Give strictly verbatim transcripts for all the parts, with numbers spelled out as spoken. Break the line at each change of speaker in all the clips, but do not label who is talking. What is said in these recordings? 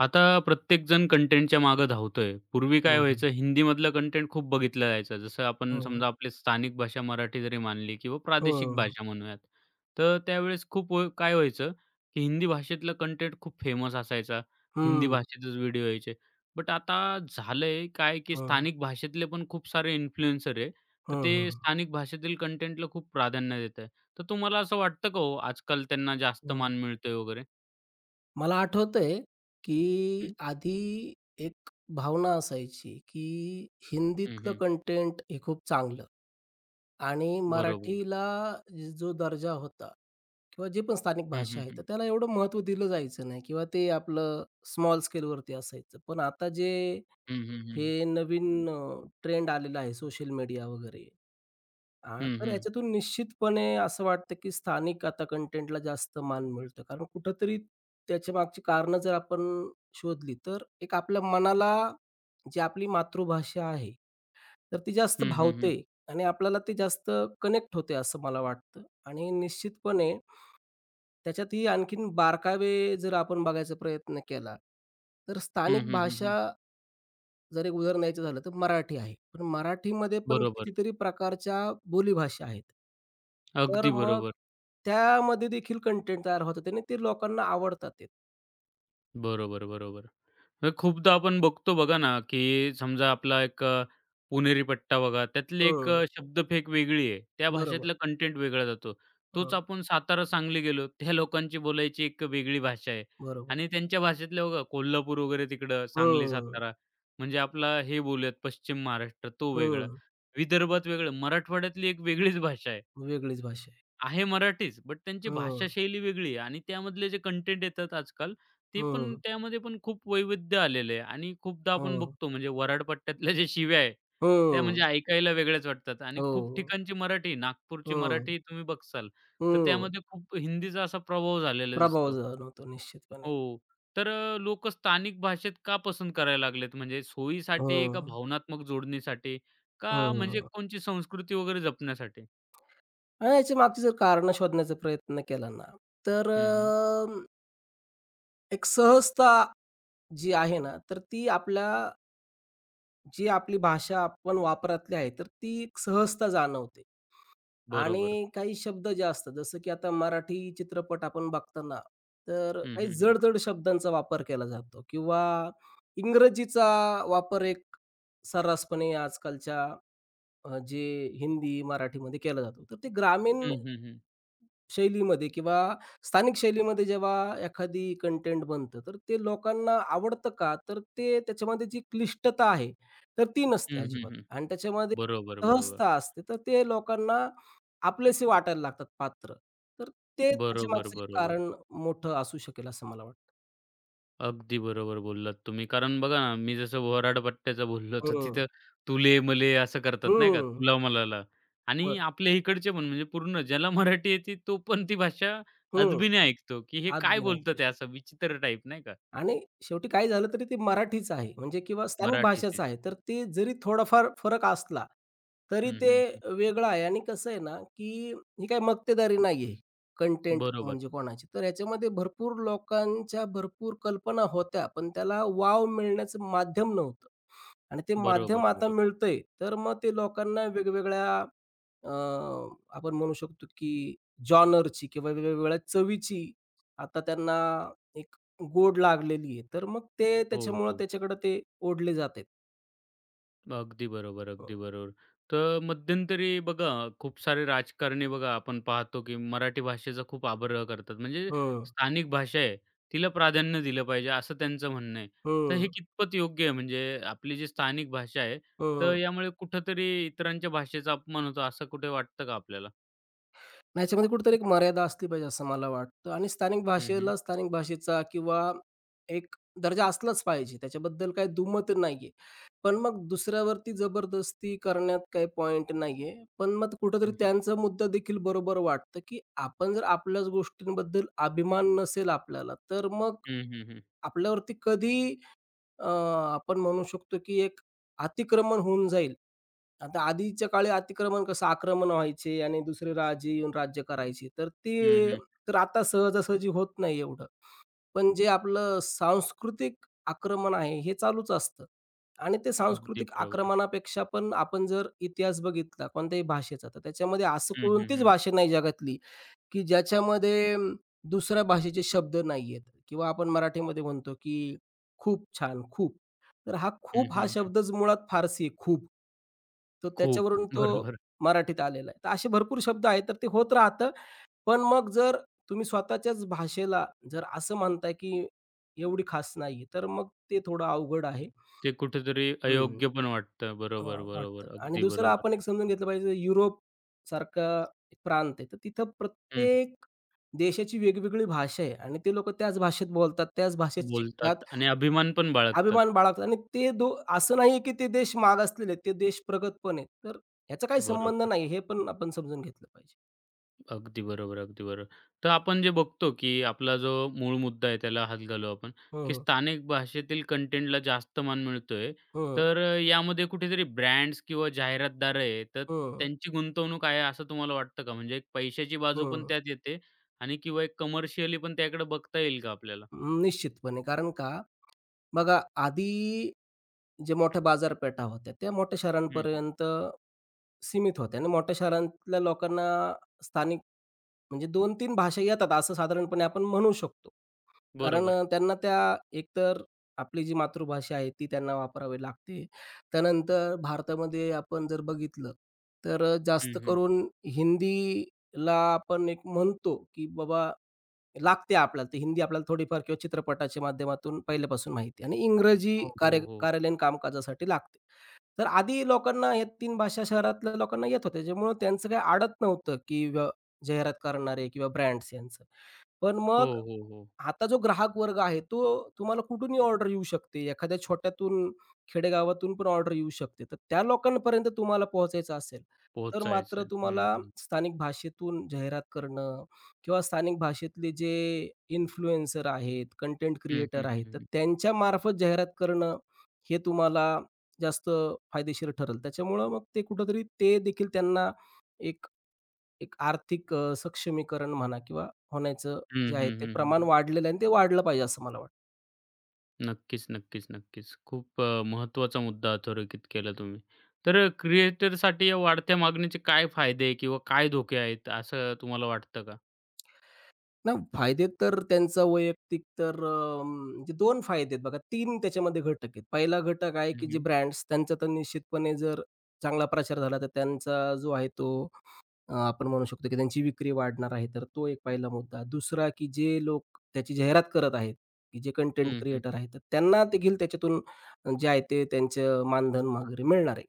आता प्रत्येकजण कंटेंटच्या मागं धावतोय. पूर्वी काय
हं, हं.
व्हायचं हिंदीमधलं कंटेंट खूप बघितलं जायचं. जसं आपण
हो.
समजा आपली स्थानिक भाषा मराठी जरी मानली किंवा
हो,
प्रादेशिक
हं.
भाषा म्हणूयात. तर त्यावेळेस खूप व काय व्हायचं, की हिंदी भाषेतलं कंटेंट खूप फेमस असायचा. हिंदी
हं,
भाषेतच व्हिडिओ यायचे. बट आता झालंय काय, की
हं,
स्थानिक भाषेतले पण खूप सारे इन्फ्लुएन्सर आहे. तर ते
हं.
स्थानिक भाषेतील कंटेंटला खूप प्राधान्य देत आहे. तर तुम्हाला असं वाटतं का हो आजकाल त्यांना जास्त
हो.
मान मिळतोय वगैरे?
मला आठवतंय, की
हं,
आधी एक भावना असायची, की हिंदीतलं
हं,
कंटेंट हे खूप चांगलं आणि
बरोबर.
मराठीला जो दर्जा होता किंवा जी पण स्थानिक
हं,
भाषा
हं,
आहे,
हं.
तर त्याला एवढं महत्त्व दिलं जायचं नाही किंवा ते आपलं स्मॉल स्केलवरती असायचं. पण आता जे
हं, हं, हं.
हे नवीन ट्रेंड आलेला आहे सोशल मीडिया वगैरे, हां,
हं,
तर
हं.
ह्याच्यातून निश्चितपणे असं वाटतं, की स्थानिक आता कंटेंटला जास्त मान मिळतं. कारण कुठेतरी त्याच्या मागची कारणं जर आपण शोधली, तर एक आपल्या मनाला जी आपली मातृभाषा आहे, तर ती जास्त
हं, हं, हं.
भावते आणि आपल्याला ते जास्त कनेक्ट होते असं मला वाटतं. आणि निश्चितपणे त्याच्यातही आणखीन बारकावे जर आपण बघायचा प्रयत्न केला, तर
हं,
स्थानिक
हं, हं,
भाषा
हं.
जर एक उदाहरण द्यायचं झालं तर मराठी आहे. पण मराठीमध्ये पण
बरोबर.
कितीतरी प्रकारच्या बोलीभाषा आहेत. तर
अगदी
मग
बरोबर.
त्यामध्ये देखील कंटेंट तयार होतात आणि ते लोकांना आवडतात ते.
बरोबर, बरोबर. तर खूपदा आपण बघतो बघा ना, की समजा आपला एक अ, पुणेरी पट्टा बघा, त्यातली एक अ,
हं.
शब्दफेक वेगळी आहे. त्या
बरोबर.
भाषेतला कंटेंट वेगळा जातो. तोच
हं.
आपण सातारा, सांगली गेलो, त्या लोकांची बोलायची एक वेगळी भाषा आहे
बरोबर.
आणि त्यांच्या भाषेतल्या बघा कोल्हापूर वगैरे तिकडं, सांगली,
हं.
सातारा, म्हणजे आपला हे बोलूयात पश्चिम महाराष्ट्र तो वेगळा,
हं.
विदर्भात वेगळं, मराठवाड्यातली एक वेगळीच भाषा आहे.
वेगळीच भाषा आहे.
आहे मराठीच, बट त्यांची
हं.
भाषाशैली वेगळी आहे आणि त्यामधले जे कंटेंट येतात आजकाल, ते पण
हं.
त्यामध्ये पण खूप वैविध्य आलेलं आहे आणि खूपदा आपण
हं.
बघतो म्हणजे वऱ्हाड पट्ट्यातल्या ज्या शिव्या आहे, त्या
हं.
म्हणजे ऐकायला वेगळ्याच वाटतात आणि खूप
हो.
ठिकाणची मराठी, नागपूरची
हं.
मराठी तुम्ही बघसाल, तर
हं.
त्यामध्ये खूप हिंदीचा असा प्रभाव झालेला
प्रभाव
दिसतो.
जाणवतो निश्चितपणे.
हो, तर अ, स्थानिक भाषेत का पसंत करायला लागलेत? म्हणजे सोयीसाठी का
हं.
भावनात्मक जोडणीसाठी का म्हणजे
हं.
कोणची संस्कृती वगैरे जपण्यासाठी?
आणि याच्या मागची जर कारणं शोधण्याचा प्रयत्न केला ना, तर
हं, हं.
एक सहजता जी आहे ना, तर ती आपल्या जी आपली भाषा आपण वापरातली आहे, तर ती एक सहजता जाणवते.
बरोबर.
आणि काही शब्द जे असतात, जसं की आता मराठी चित्रपट आपण बघताना, तर
हं,
काही
हं, हं.
जड-जड शब्दांचा वापर केला जातो किंवा इंग्रजीचा वापर एक सर्रासपणे आजकालच्या अ, जे हिंदी, मराठीमध्ये केला जातो. तर ते ग्रामीण
हं, हं, हं.
शैलीमध्ये किंवा स्थानिक शैलीमध्ये जेव्हा एखादी कंटेंट बनतं, तर ते लोकांना आवडतं का? तर ते त्याच्यामध्ये जी क्लिष्टता आहे, तर ती नसते
हं, हं,
अजिबात
हं.
आणि त्याच्यामध्ये
बरोबर, बरोबर.
सहजता असते. तर ते लोकांना आपलेसे वाटायला लागतात पात्र. तर ते
बरोबर,
त्याच्यामागचं एक
बरोबर.
कारण मोठं असू शकेल असं मला वाटतं.
अगदी बरोबर बोललात तुम्ही. कारण बघा ना, मी जसं वऱ्हाडपट्ट्याचं बोललो, तर
हं,
तिथं तुले-मले असं करतात नाही का,
हं.
तुला-मलाला आणि
बरं.
आपल्या इकडचे पण म्हणजे पूर्ण ज्याला मराठी येते तो पण ती भाषा
हं.
अदबीने ऐकतो, की हे
आत
काय
बी नाही
बोलतात हे असं विचित्र टाईप नाही का
आणि शेवटी काय झालं तरी ते मराठीच आहे म्हणजे किंवा स्थानिक भाषाच
मराठीचे.
आहे. तर ते जरी थोडाफार फरक असला, तरी
हं,
ते
हं, हं.
वेगळं आहे आणि कसं आहे ना, की ही काही मक्तेदारी नाही आहे कंटेंट
बरोबर,
म्हणजे कोणाची. तर ह्याच्यामध्ये भरपूर लोकांच्या भरपूर कल्पना होत्या, पण त्याला वाव मिळण्याचं माध्यम नव्हतं आणि ते माध्यम
बरोबर,
आता
बरोबर.
मिळतंय. तर मग ते लोकांना वेगवेगळ्या अ, आपण म्हणू शकतो, की जॉनरची किंवा वेगवेगळ्या चवीची आता त्यांना एक गोड लागलेली आहे. तर मग ते
हो,
त्याच्यामुळं
हो.
त्याच्याकडे ते ओढले जातात.
अगदी बरोबर,
हं,
अगदी बरोबर. तर मध्यंतरी बघा, खूप सारे राजकारणी बघा, आपण पाहतो की मराठी भाषेचा खूप आग्रह करतात. म्हणजे
हं,
स्थानिक भाषा आहे, तिला प्राधान्य दिलं पाहिजे, असं त्यांचं म्हणणं आहे. तर
हं,
हे कितपत योग्य आहे? म्हणजे आपली जी स्थानिक भाषा आहे, तर
हं.
यामुळे कुठेतरी इतरांच्या भाषेचा अपमान होतो, असं कुठे वाटतं का आपल्याला?
याच्यामध्ये कुठेतरी एक मर्यादा असली पाहिजे असं मला वाटतं आणि स्थानिक
हं, हं.
भाषेला स्थानिक भाषेचा किंवा एक दर्जा असलाच पाहिजे. त्याच्याबद्दल काही दुमत नाहीये. पण मग दुसऱ्यावरती जबरदस्ती करण्यात काही पॉइंट नाहीये. पण मग कुठेतरी
हं, हं.
त्यांचा मुद्दा देखील बरोबर वाटतं, की आपण जर आपल्याच गोष्टींबद्दल अभिमान नसेल आपल्याला, तर मग
हं, हं, हं.
आपल्यावरती कधी अ, आपण म्हणू शकतो, की एक अतिक्रमण होऊन जाईल. आता आधीच्या काळी अतिक्रमण कसं आक्रमण व्हायचे आणि दुसरे राजे येऊन राज्य करायचे. तर ते
हं,
तर आता सहजासहजी होत नाही एवढं. पण जे आपलं सांस्कृतिक आक्रमण आहे, हे चालूच असतं. आणि ते
अगदी
सांस्कृतिक
बरोबर.
आक्रमणापेक्षा पण आपण जर इतिहास बघितला कोणत्याही भाषेचा, तर त्याच्यामध्ये असं
हं, हं,
कोणतीच
हं.
भाषा नाही जगातली, की ज्याच्यामध्ये अं, दुसऱ्या भाषेचे शब्द नाहीयेत किंवा आपण मराठीमध्ये म्हणतो की खूप छान, खूप. तर हा
हं,
खूप हा
हं, हं.
शब्दच मुळात फारसी आहे, खूप. तर
खूप.
त्याच्यावरून तो
बरोबर.
मराठीत आलेला आहे. तर असे भरपूर शब्द आहेत, तर ते होत राहतं. पण मग जर तुम्ही स्वतःच्याच भाषेला जर असं म्हणताय की एवढी खास नाहीये, तर मग ते थोडं अवघड आहे.
ते कुठेतरी
हं,
अयोग्य पण वाटतं.
वा
बरोबर,
वाटतं
बरोबर.
आणि
अगदी
दुसरं
बरोबर.
आपण एक समजून घेतलं पाहिजे युरोपसारखा प्रांत आहे, तर तिथं प्रत्येक देशाची वेगवेगळी भाषा आहे आणि ते लोकं त्याच भाषेत बोलतात, त्याच भाषेत शिकतात.
बोलतात आणि अभिमान पण बाळगतात.
अभिमान बाळगतात आणि ते दो असं नाहीये की ते देश मागासलेले आहेत, ते देश प्रगत पण आहेत. तर ह्याचा काही संबंध
बरोबर.
नाही हे पण आपण समजून घेतलं पाहिजे.
अगदी बरोबर, अगदी बरोबर. तर आपण जे बघतो, की आपला जो मूळ मुद्दा आहे त्याला हात घालू आपण,
हं,
की
हं,
स्थानिक भाषेतील कंटेंटला जास्त मान मिळतोय.
हं,
तर अ, यामध्ये कुठेतरी ब्रँड्स किंवा जाहिरातदार आहे, तर
हं,
त्यांची गुंतवणूक आहे असं तुम्हाला वाटतं का? म्हणजे एक पैशाची बाजू पण
हं.
त्यात येते आणि किंवा एक कमर्शियली पण त्याकडे बघता येईल का आपल्याला?
निश्चितपणे. कारण का बघा आधी जे मोठ्या बाजारपेठा होत्या, त्या मोठ्या
हं, हं.
शहरांपर्यंत सीमित होत्या आणि मोठ्या शहरातल्या लोकांना स्थानिक म्हणजे दोन-तीन भाषा येतात असं साधारणपणे आपण म्हणू शकतो. कारण
बरोबर.
अ, त्यांना त्या एकतर आपली जी मातृभाषा आहे ती त्यांना वापरावी लागते. त्यानंतर भारतामध्ये आपण जर बघितलं, तर अ,
हं,
जास्त
हं.
करून हिंदीला आपण एक म्हणतो, की बाबा लागते आपल्याला. ती हिंदी आपल्याला थोडीफार किंवा चित्रपटाच्या माध्यमातून पहिल्यापासून माहिती आहे आणि इंग्रजी
हो, हो,
कार्य
हो.
कार्यालयीन कामकाजासाठी लागते. तर आधी लोकांना या तीन भाषा शहरातल्या लोकांना येत होत्या. त्याच्यामुळं त्यांचं काही अडत नव्हतं, की व्य जाहिरात करणारे किंवा ब्रँड्स यांचं. पण
हो,
मग
हो, हो.
आता जो ग्राहक वर्ग आहे, तो तुम्हाला कुठूनही ऑर्डर येऊ शकते. एखाद्या छोट्यातून, खेडेगावातून पण ऑर्डर येऊ शकते. तर त्या लोकांपर्यंत तुम्हाला पोहोचायचं असेल, तर मात्र
पोहोचायचं. हं,
तुम्हाला
हं.
स्थानिक भाषेतून जाहिरात करणं किंवा स्थानिक भाषेतले जे इन्फ्लुएन्सर आहेत, कंटेंट
हं,
क्रिएटर
हं,
आहेत, तर
हं.
त्यांच्यामार्फत जाहिरात करणं हे तुम्हाला जास्त फायदेशीर ठरेल. त्याच्यामुळं मग ते कुठेतरी ते देखील त्यांना एक एक आर्थिक अ, सक्षमीकरण म्हणा किंवा होण्याचं
हं,
जे आहे
हं,
ते
हं,
प्रमाण
हं.
वाढलेलं आहे आणि ते वाढलं पाहिजे असं मला वाटतं.
नक्कीच, नक्कीच, नक्कीच. खूप अ, महत्त्वाचा मुद्दा अधोरेखित केला तुम्ही. तर अ, क्रिएटरसाठी या वाढत्या मागणीचे काय फायदे किंवा काय धोके आहेत, असं तुम्हाला वाटतं का?
नाही फायदे तर त्यांचा वैयक्तिक तर अ, म्हणजे दोन फायदे आहेत बघा. तीन त्याच्यामध्ये घटक आहेत. पहिला घटक आहे
हं,
की जे
हं.
ब्रँड्स त्यांचा तर निश्चितपणे जर चांगला प्रचार झाला तर त्यांचा जो आहे तो अ, आपण म्हणू शकतो की त्यांची विक्री वाढणार आहे. तर तो एक पहिला मुद्दा. दुसरा की जे लोक त्याची जाहिरात करत आहेत, की जे कंटेंट
हं,
क्रिएटर आहेत, तर त्यांना देखील त्याच्यातून जे आहे ते त्यांचं मानधन वगैरे मिळणार आहे.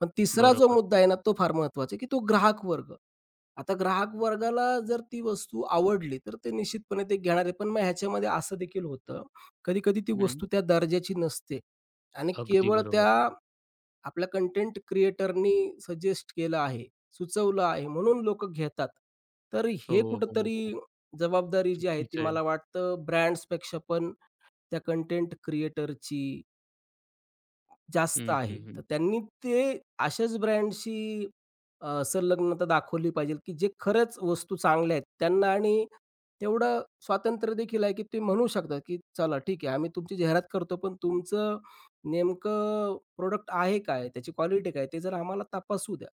पण तिसरा जो
बरोबर.
मुद्दा आहे ना, तो फार महत्त्वाचा आहे, की तो ग्राहक वर्ग. आता ग्राहक वर्गाला जर ती वस्तू आवडली, तर ते निश्चितपणे ते घेणार आहे. पण मग ह्याच्यामध्ये असं देखील होतं, कधी-कधी ती
हं.
वस्तू त्या दर्जाची नसते आणि
अगदी
केवळ त्या
बरोबर.
आपल्या कंटेंट क्रिएटरनी सजेस्ट केलं आहे, सुचवलं आहे, म्हणून लोकं घेतात. तर
हो,
हे
हो, हो.
कुठेतरी
हो.
जबाबदारी जी आहे, ती
चुकीचं आहे.
मला वाटतं ब्रँड्सपेक्षा पण त्या कंटेंट क्रिएटरची जास्त
हं,
आहे.
हं, हं.
तर त्यांनी ते अशाच ब्रँडशी अ, संलग्नता दाखवली पाहिजे, की जे खरंच वस्तू चांगल्या आहेत त्यांना आणि तेवढं स्वातंत्र्य देखील आहे, की ते म्हणू शकतात, की "चला ठीक आहे, आम्ही तुमची जाहिरात करतो, पण तुमचं नेमकं प्रोडक्ट आहे काय? त्याची क्वालिटी काय? ते जरा आम्हाला तपासू द्या."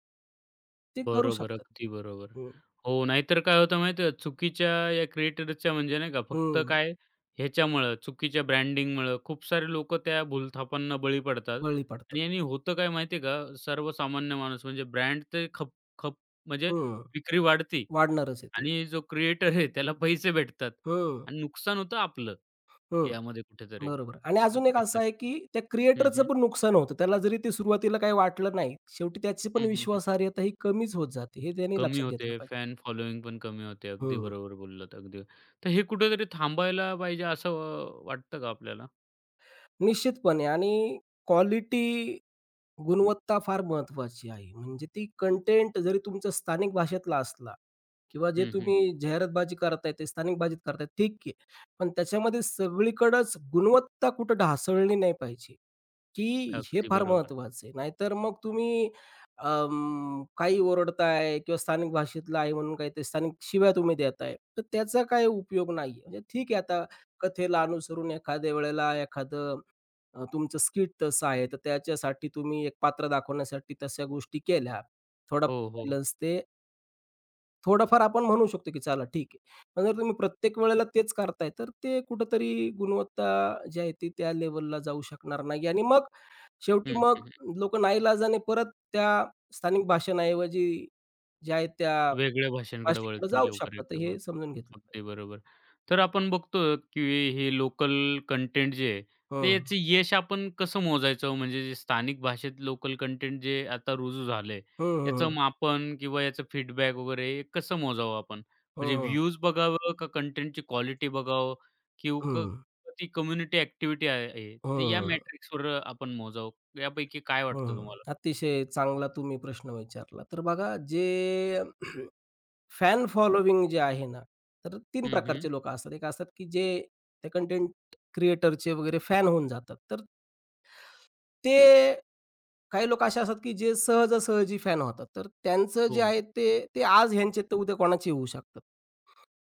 ते करू
बरोबर,
शकतात ते.
अगदी बरोबर.
हं,
हो, नाहीतर काय होतं माहिती चुकीच्या या क्रिएटरच्या म्हणजे नाही का फक्त
हं.
काय ह्याच्यामुळं चुकीच्या ब्रँडिंगमुळं खूप सारे लोकं त्या भूलथापांना बळी पडतात
बळी पडतात.
आणि यानी होतं काय माहिती का, सर्वसामान्य माणूस म्हणजे ब्रँड ते खप खप म्हणजे
हं.
विक्री वाढती
वाढणारच आहे ते.
आणि जो क्रिएटर आहे त्याला पैसे भेटतात
हं,
आणि नुकसान होतं आपलं,
हं.
यामध्ये कुठेतरी.
बरोबर आणि अजून एक
नक्कीच,
असं आहे,
नक्कीच.
की त्या
हं,
क्रिएटरचं
हं.
पण नुकसान होतं. त्याला जरी ते सुरुवातीला काही वाटलं नाही, शेवटी त्याची पण
हं, हं,
विश्वासार्हता ही कमीच होत जाते. हे त्यांनी
कमी
लक्षात घेतलं
होते.
पाहिजे.
फॅन फॉलोइंग पण कमी होते. अगदी
हं.
बरोबर बोललात. अगदी. तर हे कुठेतरी थांबायला पाहिजे असं अ, वाटतं का आपल्याला?
निश्चितपणे आणि क्वालिटी, गुणवत्ता फार महत्त्वाची आहे. म्हणजे ती कंटेंट जरी तुमचा स्थानिक भाषेतला असला किंवा जे
हं, हं.
तुम्ही जाहिरातबाजी करताय, ते स्थानिक भाषेत करताय, ठीक आहे. पण त्याच्यामध्ये सगळीकडंच गुणवत्ता कुठं ढासळली नाही पाहिजे. की हे
अगदी
फार
बरोबर.
महत्वाचं आहे. नाहीतर मग तुम्ही अं, काही ओरडताय किंवा स्थानिक भाषेतलं आहे म्हणून काहीतरी स्थानिक शिव्या तुम्ही देताय, तर त्याचा काही उपयोग नाही म्हणजे ठीक आहे आता कथेला अनुसरून एखाद्या वेळेला एखादं अ, तुमचं स्किट तसं आहे, तर त्याच्यासाठी तुम्ही एक पात्र दाखवण्यासाठी तशा गोष्टी केल्या. थोडा
हो, हो.
बायलन्स ते थोडंफार आपण म्हणू शकतो की चला ठीक आहे. पण जर तुम्ही प्रत्येक वेळेला तेच करताय, तर ते कुठेतरी गुणवत्ता जी आहे ती त्या लेव्हलला जाऊ शकणार नाही आणि मग
हं,
शेवटी मग
हं, हं.
लोकं नाईलाजाने परत त्या स्थानिक भाषणाऐवजी ज्या आहेत त्या
वेगळ्या भाषांकडे
भाषेकडे
वळतील
जाऊ
वगैरे
शकतात. तर
किंवा
हे समजून घेतलं पाहिजे.
अगदी बरोबर. तर आपण बघतो, की हे लोकल कंटेंट जे आहे, ते याचं यश आपण कसं मोजायचं? म्हणजे जे स्थानिक भाषेत लोकल कंटेंट जे आता रुजू झालंय,
हं,
याचं
हं.
मापन किंवा याचं फीडबॅक वगैरे हे कसं मोजावं आपण? म्हणजे
हं, हं.
व्ह्यूज बघावं का कंटेंटची क्वालिटी बघावं किंवा क ती कम्युनिटी ॲक्टिव्हिटी आहे,
हं,
ते या
हं,
मॅट्रिक्सवर आपण मोजावं. यापैकी काय
हं,
वाटतं
हं.
तुम्हाला?
अतिशय चांगला तुम्ही प्रश्न विचारला. तर बघा जे फॅन फॉलोविंग जे आहे ना, तर तीन
हं, हं.
प्रकारचे लोकं असतात. एक असतात, की जे त्या कंटेंट क्रिएटरचे वगैरे फॅन होऊन जातात. तर ते काही लोकं असे असतात, की जे सहजासहजी फॅन होतात. तर त्यांचं
हो.
जे आहे ते ते आज ह्यांचे तर उद्या कोणाचे होऊ शकतात.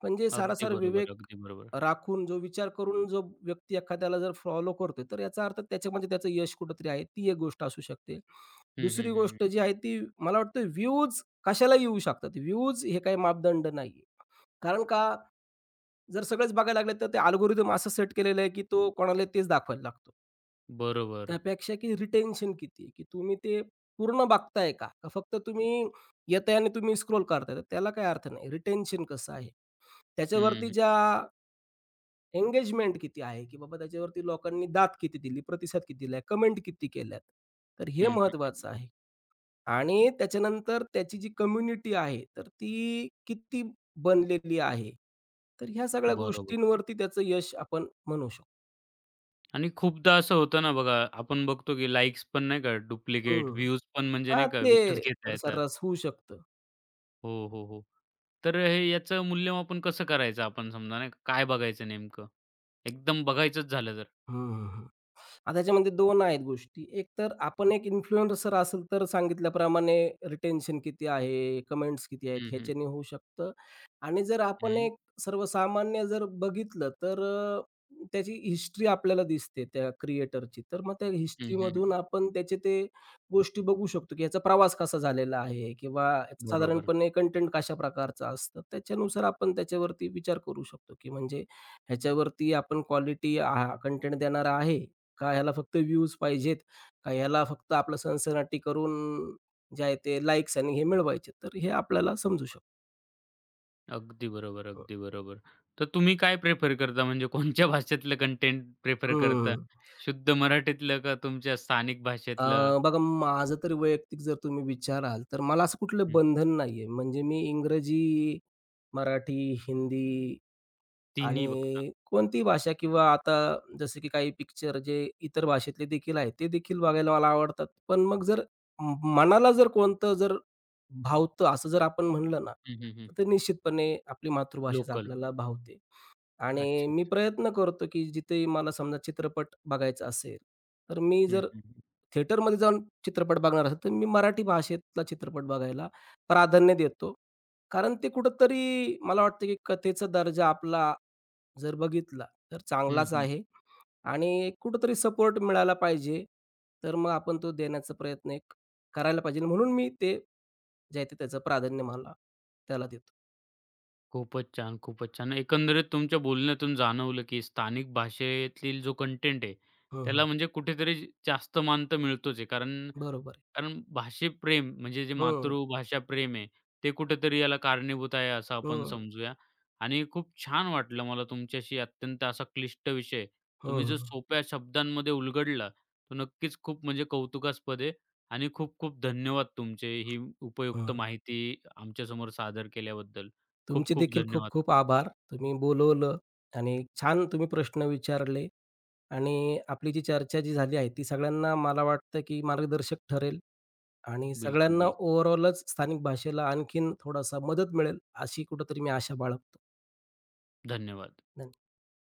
पण जे
अगदी
सारासार विवेक
बरोबर, अगदी बरोबर.
राखून, जो विचार करून जो व्यक्ती एखाद्याला जर फॉलो करतोय, तर याचा अर्थ त्याच्यामध्ये त्याचं यश कुठेतरी आहे. ती एक गोष्ट असू शकते.
हं,
दुसरी
हं, हं, हं.
गोष्ट जी आहे ती मला वाटतं व्ह्यूज कशाला येऊ शकतात. व्ह्यूज हे काही मापदंड नाहीये. कारण का जर सगळेच बघायला लागले तर ते अल्गोरिदम असं सेट केलेलं आहे, की तो कोणाला तेच दाखवायला लागतो.
बरोबर.
त्यापेक्षा की रिटेन्शन किती आहे, की तुम्ही ते पूर्ण बघताय का? का फक्त तुम्ही येताय आणि तुम्ही स्क्रोल करताय, तर त्याला काही अर्थ नाही. रिटेन्शन कसं आहे?
हं,
त्याच्यावरती
हं.
ज्या एंगेजमेंट किती आहे, की बाबा त्याच्यावरती लोकांनी दाद किती दिली, प्रतिसाद किती दिलाय, कमेंट किती केल्यात. तर हे
हं, हं,
महत्वाचं आहे. आणि त्याच्यानंतर त्याची जी कम्युनिटी आहे, तर ती किती बनलेली आहे. तर ह्या सगळ्या
बरोबर
गोष्टींवरती त्याचं यश आपण म्हणू शकतो.
आणि खूपदा असं होतं ना बघा, आपण बघतो की लाइक्स पण नाही का
हं.
डुप्लिकेट, व्ह्यूज पण म्हणजे
हां,
नाही का
ते
विकत घेता येतात.
सर्रास होऊ शकतं.
हो, हो, हो. तर हे याचं मूल्यमापन कसं करायचं आपण समजा नाही का, काय बघायचं नेमकं? एकदम बघायचंच झालं तर?
हं, आता त्याच्यामध्ये दोन आहेत गोष्टी. एक तर आपण एक इन्फ्लुएन्सर असेल तर सांगितल्याप्रमाणे रिटेन्शन किती आहे, कमेंट्स किती आहेत
हं, हं.
ह्याच्याने होऊ शकतं. आणि जर आपण
हं.
एक सर्वसामान्य जर बघितलं तर अ, त्याची हिस्ट्री आपल्याला दिसते त्या क्रिएटरची. तर मग त्या
हं,
हिस्ट्रीमधून
हं,
आपण त्याचे ते गोष्टी बघू शकतो, की याचा प्रवास कसा झालेला आहे किंवा याचा
बरोबर.
साधारणपणे कंटेंट कशा प्रकारचा असतं. त्याच्यानुसार आपण त्याच्यावरती विचार करू शकतो, की म्हणजे ह्याच्यावरती आपण क्वालिटी कंटेंट देणारा आहे का ह्याला फक्त व्ह्यूज पाहिजेत, का ह्याला फक्त आपलं सनसनाटी करून जे आहे ते लाइक्स आणि हे मिळवायचे. तर हे आपल्याला समजू शकतं.
अगदी बरोबर, अगदी बरोबर. तर तुम्ही काय प्रेफर करता म्हणजे कोणत्या भाषेतलं कंटेंट प्रिफर करता?
हं.
शुद्ध मराठीतलं का तुमच्या स्थानिक
अ,
भाषेतलं?
बघा माझं तर वैयक्तिक जर तुम्ही विचाराल, तर मला असं कुठलं
हं.
बंधन नाहीये. म्हणजे मी इंग्रजी, मराठी, हिंदी
तिन्ही बघता?
आणि कोणतीही भाषा किंवा आता जसं की काही पिक्चर जे इतर भाषेतले देखील आहेत, ते देखील बघायला मला आवडतात. पण मग जर म मनाला जर कोणतं जर भावतं असं जर आपण म्हणलं ना,
हं, हं, हं.
तर ते निश्चितपणे आपली मातृभाषाच
लोकल.
आपल्याला भावते. आणि
अच्छा.
मी प्रयत्न करतो, की जिथे मला समजा चित्रपट बघायचा असेल, तर मी
हं,
जर
हं, हं.
थिएटरमध्ये जाऊन चित्रपट बघणार असेल, तर मी मराठी भाषेतला चित्रपट बघायला प्राधान्य देतो. कारण ते कुठेतरी मला वाटतं, की कथेचा दर्जा आपला जर बघितला तर
हं,
चांगलाच
हं,
आहे आणि कुठेतरी सपोर्ट मिळाला पाहिजे. तर मग आपण तो देण्याचा प्रयत्न एक करायला पाहिजे. म्हणून मी ते जे आहे ते त्याचं प्राधान्य मला त्याला देतो.
खूपच छान, खूपच छान. एकंदरीत तुमच्या बोलण्यातून जाणवलं, की स्थानिक भाषेतील जो कंटेंट आहे,
हं, हं.
त्याला म्हणजे कुठेतरी ज- जास्त मान तर मिळतोच आहे. कारण
बरोबर आहे.
कारण भाषेप्रेम म्हणजे जे
हं,
मातृभाषा प्रेम आहे, ते कुठेतरी याला कारणीभूत आहे असं आपण
हं,
समजूया. आणि खूप छान वाटलं मला तुमच्याशी अत्यंत असा क्लिष्ट विषय तुम्ही
हं,
जो
हं,
सोप्या शब्दांमध्ये उलगडला, तो नक्कीच खूप म्हणजे कौतुकास्पद आहे. आणि खूप खूप धन्यवाद तुमचे ही उपयुक्त माहिती आमच्यासमोर सादर केल्याबद्दल. खूप
तुमचे
खूप
देखील खूप
धन्यवाद.
खूप आभार. तुम्ही बोलवलं आणि छान तुम्ही प्रश्न विचारले आणि आपली जी चर्चा जी झाली आहे ती सगळ्यांना मला वाटतं की मार्गदर्शक ठरेल. आणि
बिलकुल,
सगळ्यांना
बिलकुल.
ओव्हरऑलच स्थानिक भाषेला आणखीन थोडासा मदत मिळेल, अशी कुठेतरी मी आशा बाळगतो.
धन्यवाद.
धन्य